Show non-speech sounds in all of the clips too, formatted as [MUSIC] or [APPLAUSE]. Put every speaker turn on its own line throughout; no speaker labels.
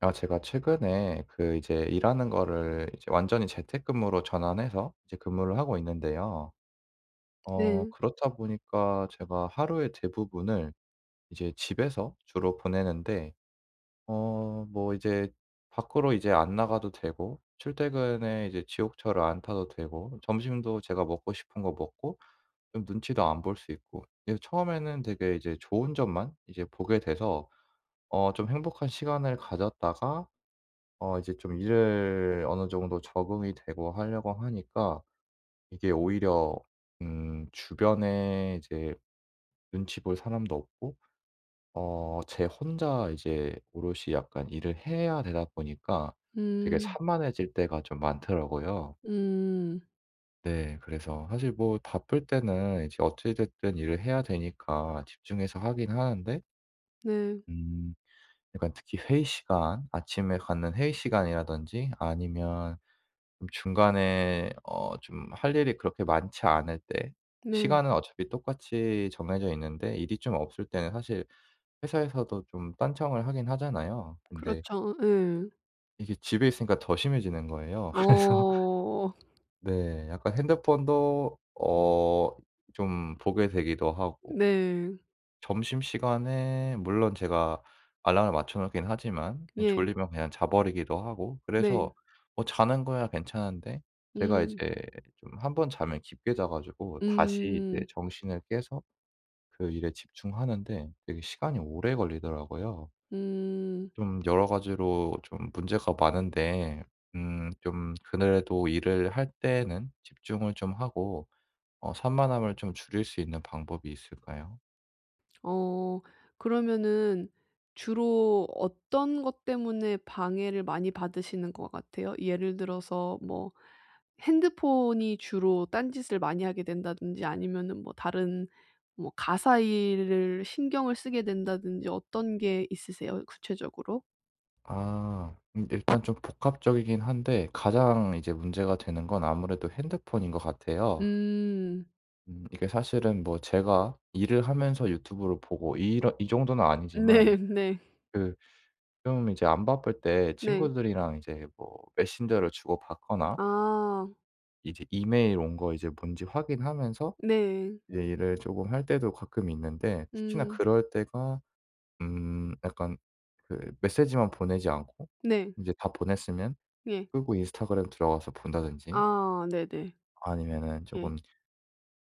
아, 제가 최근에 그 이제 일하는 거를 이제 완전히 재택근무로 전환해서 이제 근무를 하고 있는데요.
네.
그렇다 보니까 제가 하루의 대부분을 이제 집에서 주로 보내는데, 뭐 이제 밖으로 이제 안 나가도 되고, 출퇴근에 이제 지옥철을 안 타도 되고, 점심도 제가 먹고 싶은 거 먹고, 좀 눈치도 안 볼 수 있고, 이제 처음에는 되게 이제 좋은 점만 이제 보게 돼서 좀 행복한 시간을 가졌다가, 이제 좀 일을 어느 정도 적응이 되고 하려고 하니까 이게 오히려 주변에 이제 눈치 볼 사람도 없고 제 혼자 이제 오롯이 약간 일을 해야 되다 보니까 되게
음.
산만해질 때가 좀 많더라고요.
음.
네. 그래서 사실 뭐 바쁠 때는 이제 어찌 됐든 일을 해야 되니까 집중해서 하긴 하는데,
네.
음 약간 특히 회의 시간, 아침에 갖는 회의 시간이라든지 아니면 좀 중간에 좀 할 일이 그렇게 많지 않을 때,
네.
시간은 어차피 똑같이 정해져 있는데 일이 좀 없을 때는 사실 회사에서도 좀 딴청을 하긴 하잖아요. 근데
그렇죠. 예.
이게 집에 있으니까 더 심해지는 거예요. [LAUGHS] 그래서
어.
네, 약간 핸드폰도 좀 보게 되기도 하고,
네.
점심시간에 물론 제가 알람을 맞춰 놓긴 하지만, 예,
예.
졸리면 그냥 자 버리기도 하고.
네.
그래서 뭐 자는 거야 괜찮은데, 제가 이제
음.
좀 한 번 자면 깊게 자 가지고 다시 이제
음.
정신을 깨서 그 일에 집중하는데 되게 시간이 오래 걸리더라고요.
음.
좀 여러 가지로 좀 문제가 많은데, 좀 그래도 일을 할 때는 집중을 좀 하고 산만함을 좀 줄일 수 있는 방법이 있을까요?
어. 그러면은 주로 어떤 것 때문에 방해를 많이 받으시는 것 같아요? 예를 들어서 뭐 핸드폰이 주로 딴짓을 많이 하게 된다든지 아니면은 뭐 다른 뭐 가사 일을 신경을 쓰게 된다든지 어떤 게 있으세요 구체적으로?
아. 일단 좀 복합적이긴 한데 가장 이제 문제가 되는 건 아무래도 핸드폰인 것 같아요.
음.
이게 사실은 뭐 제가 일을 하면서 유튜브를 보고 이런 이 정도는 아니지만
네 네.
그 좀 이제 안 바쁠 때
네.
친구들이랑 이제 뭐 메신저를 주고받거나
아.
이제 이메일 온 거 이제 뭔지 확인하면서
네.
이제 일을 조금 할 때도 가끔 있는데, 특히나
음.
그럴 때가 약간 그 메시지만 보내지 않고
네.
이제 다 보냈으면
예.
끄고 인스타그램 들어가서 본다든지,
아 네네.
아니면은 조
예.
금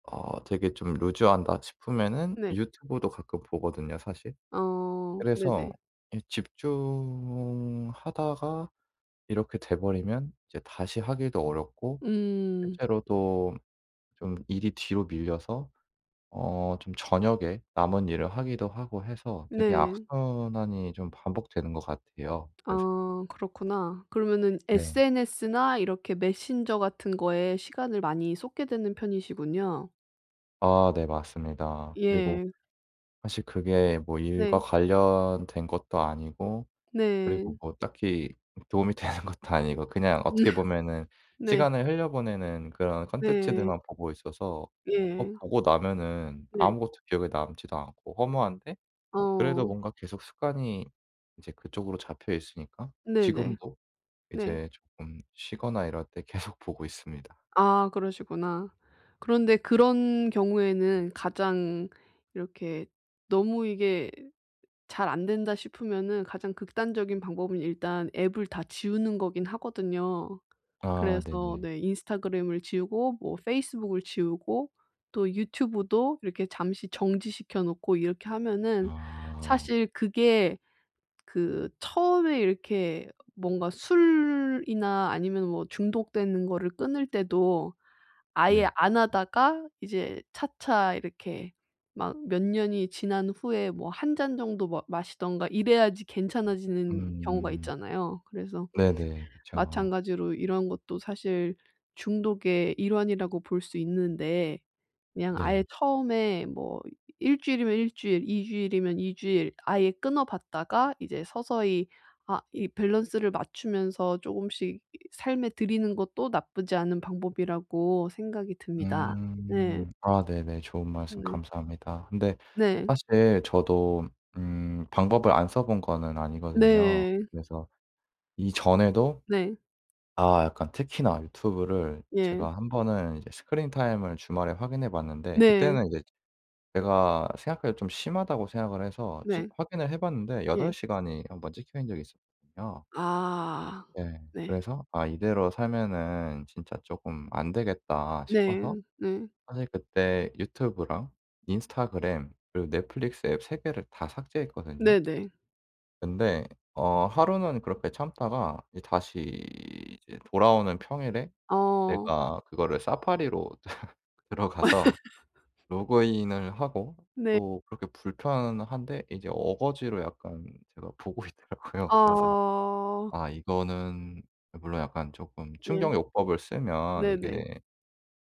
되게 좀 루즈한다 싶으면은
네.
유튜브도 가끔 보거든요, 사실.
어
그래서
네네.
이 집중하다가 이렇게 돼 버리면 이제 다시 하기도 어렵고,
음.
실제로도 좀 일이 뒤로 밀려서 좀 저녁에 남은 일을 하기도 하고 해서 되게
네.
악순환이 좀 반복되는 것 같아요. 그래서
아 그렇구나. 그러면은
네.
SNS나 이렇게 메신저 같은 거에 시간을 많이 쏟게 되는 편이시군요.
아 네, 맞습니다. 그리고
예.
사실 그게 뭐 일과
네.
관련된 것도 아니고,
네.
그리고 뭐 딱히 도움이 [LAUGHS] 되는 것도 아니고 그냥 어떻게
[LAUGHS]
보면은
네.
시간을 흘려보내는 그런
네.
콘텐츠들만 보고 있어서,
예.
보고 나면은
네.
아무것도 기억에 남지도 않고 허무한데, 그래도
어.
뭔가 계속 습관이 이제 그쪽으로 잡혀 있으니까
네네. 네.
지금도
네.
이제 조금 쉬거나 이럴 때 계속 보고 있습니다.
아 그러시구나. 그런데 그런 경우에는 가장 이렇게 너무 이게 잘 안 된다 싶으면은 가장 극단적인 방법은 일단 앱을 다 지우는 거긴 하거든요.
아
그래서
네네.
네 인스타그램을 지우고 뭐 페이스북을 지우고 또 유튜브도 이렇게 잠시 정지시켜 놓고 이렇게 하면은
아
사실 그게 그 처음에 이렇게 뭔가 술이나 아니면 뭐 중독되는 거를 끊을 때도 아예
네.
안 하다가 이제 차차 이렇게 막 몇 년이 지난 후에 뭐 한 잔 정도 마 마시든가 이래야지 괜찮아지는 경우가
음.
있잖아요. 그래서
네네, 그쵸.
마찬가지로 이런 것도 사실 중독의 일환이라고 볼 수 있는데 그냥 아예
네.
처음에 뭐 일 주일이면 일 주일, 이 주일이면 이 주일 아예 끊어 봤다가 이제 서서히 아 이 밸런스를 맞추면서 조금씩 삶에 들이는 것도 나쁘지 않은 방법이라고 생각이 듭니다. 네.
음. 아 네네, 좋은 말씀
네.
감사합니다. 근데
네.
사실 저도 방법을 안 써본 거는 아니거든요.
네.
그래서 이전에도
네.
약간 특히나 유튜브를
예.
제가 한 번은 이제 스크린 타임을 주말에 확인해 봤는데,
네.
그때는 이제 제가 생각해도 좀 심하다고 생각을 해서 지
네.
확인을 해 봤는데
예.
8시간 시간이 한 번 찍혀있는 적이 있었거든요.
아.
네.
네.
그래서 '아, 이대로 살면은 진짜 쪼끔 안 되겠다.'
네.
싶어서
네.
사실 그때 유튜브랑 인스타그램 그리고 넷플릭스 앱 3개 개를 다 삭제했거든요.
네네.
근데 하루는 그렇게 참다가 이 다시 이제 돌아오는 평일에
어.
제가 그거를 사파리로 [LAUGHS] 들어가서 로그인을 하고,
네.
또 그렇게 불편한데 이제 어거지로 약간 제가 보고 있더라고요. 그래서
아.
이거는 물론 약간 조금
예.
충격요법을 쓰면
네네.
이게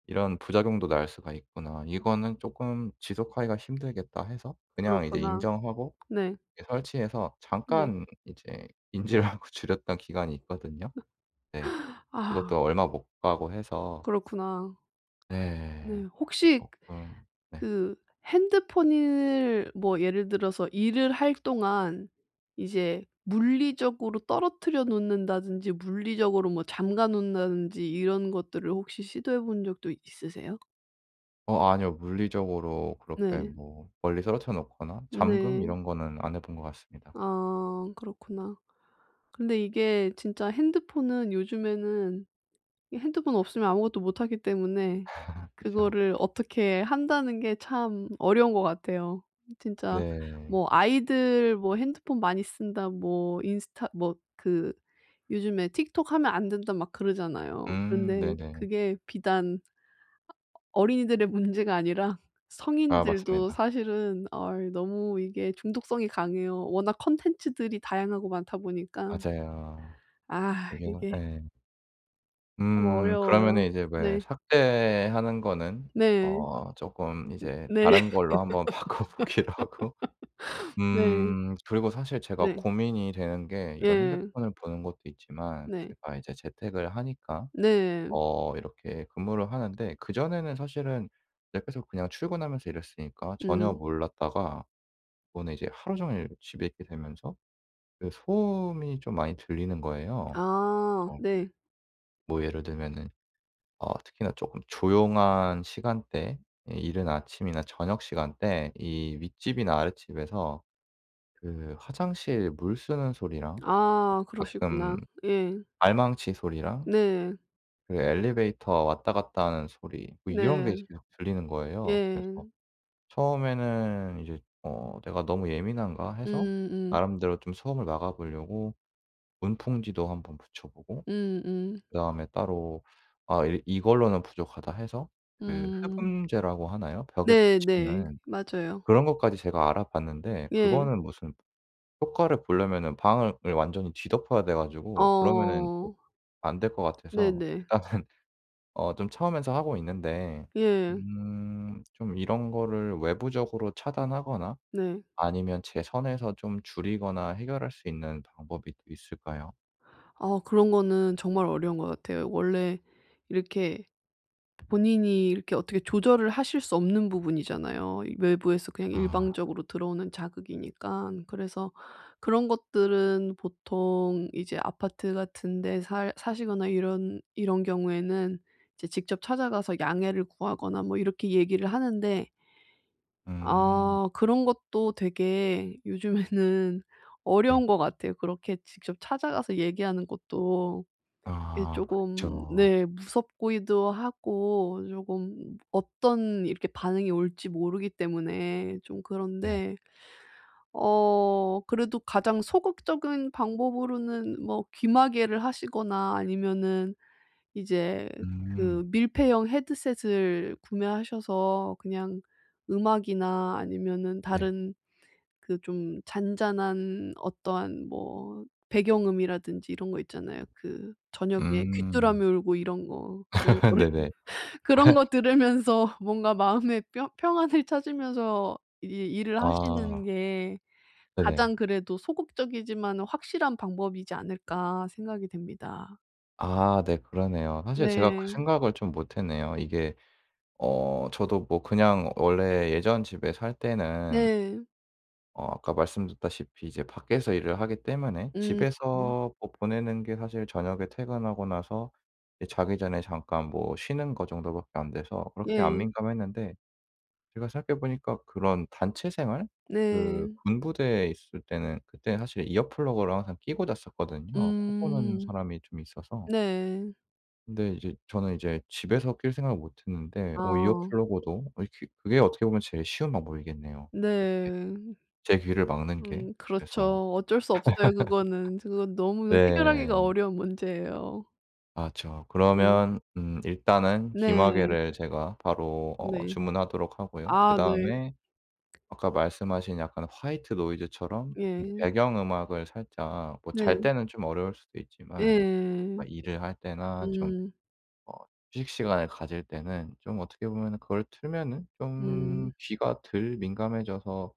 '이런 부작용도 날 수가 있구나. 이거는 조금 지속하기가 힘들겠다.' 해서 그냥 이제
그렇구나.
인정하고
네.
이 설치해서
네.
잠깐 이제 인지를 하고 [LAUGHS] 줄였던 기간이 있거든요. 네.
아
그것도 얼마 못 가고 해서
그렇구나. 네.
네. 그래서
혹시
조금, 네.
그 핸드폰을 뭐 예를 들어서 일을 할 동안 이제 물리적으로 떨어뜨려 놓는다든지 물리적으로 뭐 잠가 놓는다든지 이런 것들을 혹시 시도해 본 적도 있으세요?
아니요, 물리적으로 그렇게
네.
뭐 멀리 떨어뜨려 놓거나 잠금
네.
이런 거는 안 해본 것 같습니다.
아 그렇구나. 근데 이게 진짜 핸드폰은 요즘에는 이 핸드폰 없으면 아무것도 못하기 때문에
아, 그죠?
그거를 어떻게 한다는 게 참 어려운 것 같아요. 진짜
네.
뭐 아이들 뭐 핸드폰 많이 쓴다 뭐 인스타 뭐 그 요즘에 틱톡 하면 안 된다 막 그러잖아요. 그런데
네네.
그게 비단 어린이들의 문제가 아니라
아
성인들도
맞습니다,
사실은 어이 너무 이게 중독성이 강해요. 워낙 콘텐츠들이 다양하고 많다 보니까.
맞아요.
아
이게,
이게
예.
참 어려워요.
그러면은 이제 왜
네.
삭제하는 거는
네.
쪼끔 이제
네.
다른 걸로 한번 [LAUGHS] 바꿔 보기로 하고,
네.
그리고 사실 제가
네.
고민이 되는 게 이런
예.
핸드폰을 보는 것도 있지만,
네.
제가 이제 재택을 하니까
네.
이렇게 근무를 하는데, 그전에는 사실은 옆에서 그냥 출근하면서 일했으니까 전혀
음.
몰랐다가 이번에 이제 하루 종일 집에 있게 되면서 그 소음이 좀 많이 들리는 거예요.
아
그래서
네.
뭐 예를 들면은 특히나 조금 조용한 시간대, 예, 이른 아침이나 저녁 시간대, 이 윗집이나 아랫집에서 그 화장실 물 쓰는 소리랑
아
가끔
그러시구나. 예.
발망치 소리랑
네.
그 엘리베이터 왔다 갔다 하는 소리 뭐 이런 게
네.
계속 들리는 거예요. 그래서
예.
처음에는 이제 '내가 너무 예민한가?' 해서
음음.
나름대로 좀 소음을 막아 보려고 문풍지도 한번 붙여 보고,
음음.
그다음에 따로 아 이 이걸로는 부족하다 해서 그
음.
흡음재라고 하나요? 벽에
네네.
붙이는
맞아요.
그런 것까지 제가 알아봤는데,
예.
그거는 무슨 효과를 보려면은 방을 완전히 뒤덮어야 돼 가지고 그러면은 또
어.
안 될 것 같아서
네네.
일단은 [LAUGHS] 좀 처음에서 하고 있는데,
예.
좀 이런 거를 외부적으로 차단하거나
네.
아니면 제 선에서 좀 줄이거나 해결할 수 있는 방법이 또 있을까요?
아 그런 거는 정말 어려운 것 같아요. 원래 이렇게 본인이 이렇게 어떻게 조절을 하실 수 없는 부분이잖아요. 이 외부에서 그냥
아.
일방적으로 들어오는 자극이니까 그래서 그런 것들은 보통 이제 아파트 같은 데 살 사시거나 이런 경우에는 이제 직접 찾아가서 양해를 구하거나 뭐 이렇게 얘기를 하는데
음.
아 그런 것도 되게 요즘에는 [LAUGHS]
네.
어려운 것 같아요. 그렇게 직접 찾아가서 얘기하는 것도. 이게
아
금
그렇죠.
네 무섭기도 하고 조금 어떤 이렇게 반응이 올지 모르기 때문에 좀
네.
그런데 어 그래도 가장 소극적인 방법으로는 뭐 귀마개를 하시거나 아니면은 이제 그
음.
밀폐형 헤드셋을 구매하셔서 그냥 음악이나 아니면은
네.
다른 그 좀 잔잔한 어떠한 뭐 배경음이라든지 이런 거 있잖아요. 그 저녁에 귀뚜라미
음.
울고 이런 거 그런
[LAUGHS]
거를
네네.
[LAUGHS] 그런 거 들으면서 뭔가 마음의 뿅 평안을 찾으면서 이 일을 하시는
아.
게
네네.
가장 그래도 '소극적이지만 확실한 방법이지 않을까.' 생각이 됩니다.
아 네, 그러네요. 사실 제가 그
네.
생각을 좀 못 했네요. 이게, 저도 뭐 그냥 원래 예전 집에 살 때는
네.
아까 말씀드렸다시피 이제 밖에서 일을 하기 때문에
음.
집에서 뭐 보내는 게 사실 저녁에 퇴근하고 나서 이제 자기 전에 잠깐 뭐 쉬는 거 정도밖에 안 돼서 그렇게 안
예.
민감했는데, 제가 생각해 보니까 그런 단체 생활? 그
네.
군부대에 있을 때는 그때 사실 이어 플러그를 항상 끼고 잤었거든요, 코 고는
음.
사람이 좀 있어서.
네.
근데 이제 저는 이제 집에서 낄 생각을 못 했는데 이어
아.
플러그도, 이렇게 그게 어떻게 보면 제일 쉬운 방법이겠네요, 이렇게
네.
제 귀를 막는 게. 그래서
그렇죠. 어쩔 수 없어요 그거는. 그건 너무 해결하기가
네.
어려운 문제예요.
맞죠.
네.
그러면 일단은
네.
귀마개를 제가 바로
네.
주문하도록 하고요.
아 네.
그다음에 아까 말씀하신 약간 화이트 노이즈처럼
예.
배경 음악을 살짝, 뭐 잘
네.
때는 좀 어려울 수도 있지만
예.
막 일을 할 때나 좀
음.
어 휴식 시간을 가질 때는 좀 어떻게 보면은 그걸 틀면은
음.
좀 귀가 덜 민감해져서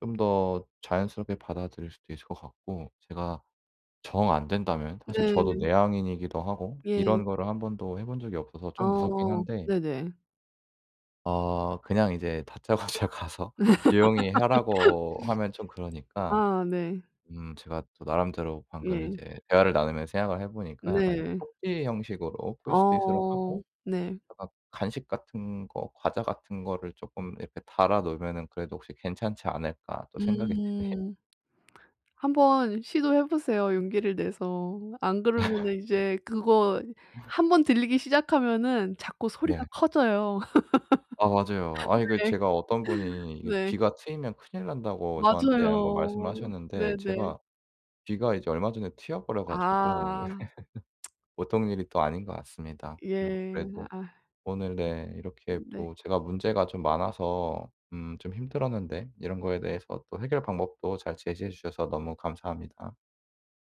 좀 더 자연스럽게 받아들일 수도 있을 것 같고, 제가 정 안 된다면, 사실 저도
네.
내향인이기도 하고
예.
이런 거를 한 번도 해본 적이 없어서 좀 무섭긴
어.
한데
네네.
그냥 이제 다짜고짜 [LAUGHS] 가서 조용히 하라고 하면 좀 그러니까,
아 네.
제가 또 나름대로 방금
예.
이제 대화를 나누면서 생각을 해 보니까 약간
네.
쪽지 형식으로 포스트잇으로
어.
하고,
네.
약간 간식 같은 거 과자 같은 거를 조금 이렇게 달아 놓으면은 그래도 혹시 괜찮지 않을까 또 생각이 드네요. [LAUGHS]
음. 한번 시도해 보세요 용기를 내서. 안 그러면은 이제 그거 한번 들리기 시작하면은 자꾸 소리가
네.
커져요.
아 맞아요. 아 이게
네.
제가 어떤
[LAUGHS]
분이 이게
네.
"귀가 트이면 큰일 난다."고 저한테 한번 말씀을
맞아요.
하셨는데,
네네.
제가 귀가 이제 얼마 전에 트여 버려 가지고
아.
[LAUGHS] 보통 일이 또 아닌 것 같습니다. 뭐
예.
그래도
아
오늘 네 이렇게
네.
또 제가 문제가 좀 많아서 좀 힘들었는데, 이런 거에 대해서 또 해결 방법도 잘 제시해 주셔서 너무 감사합니다.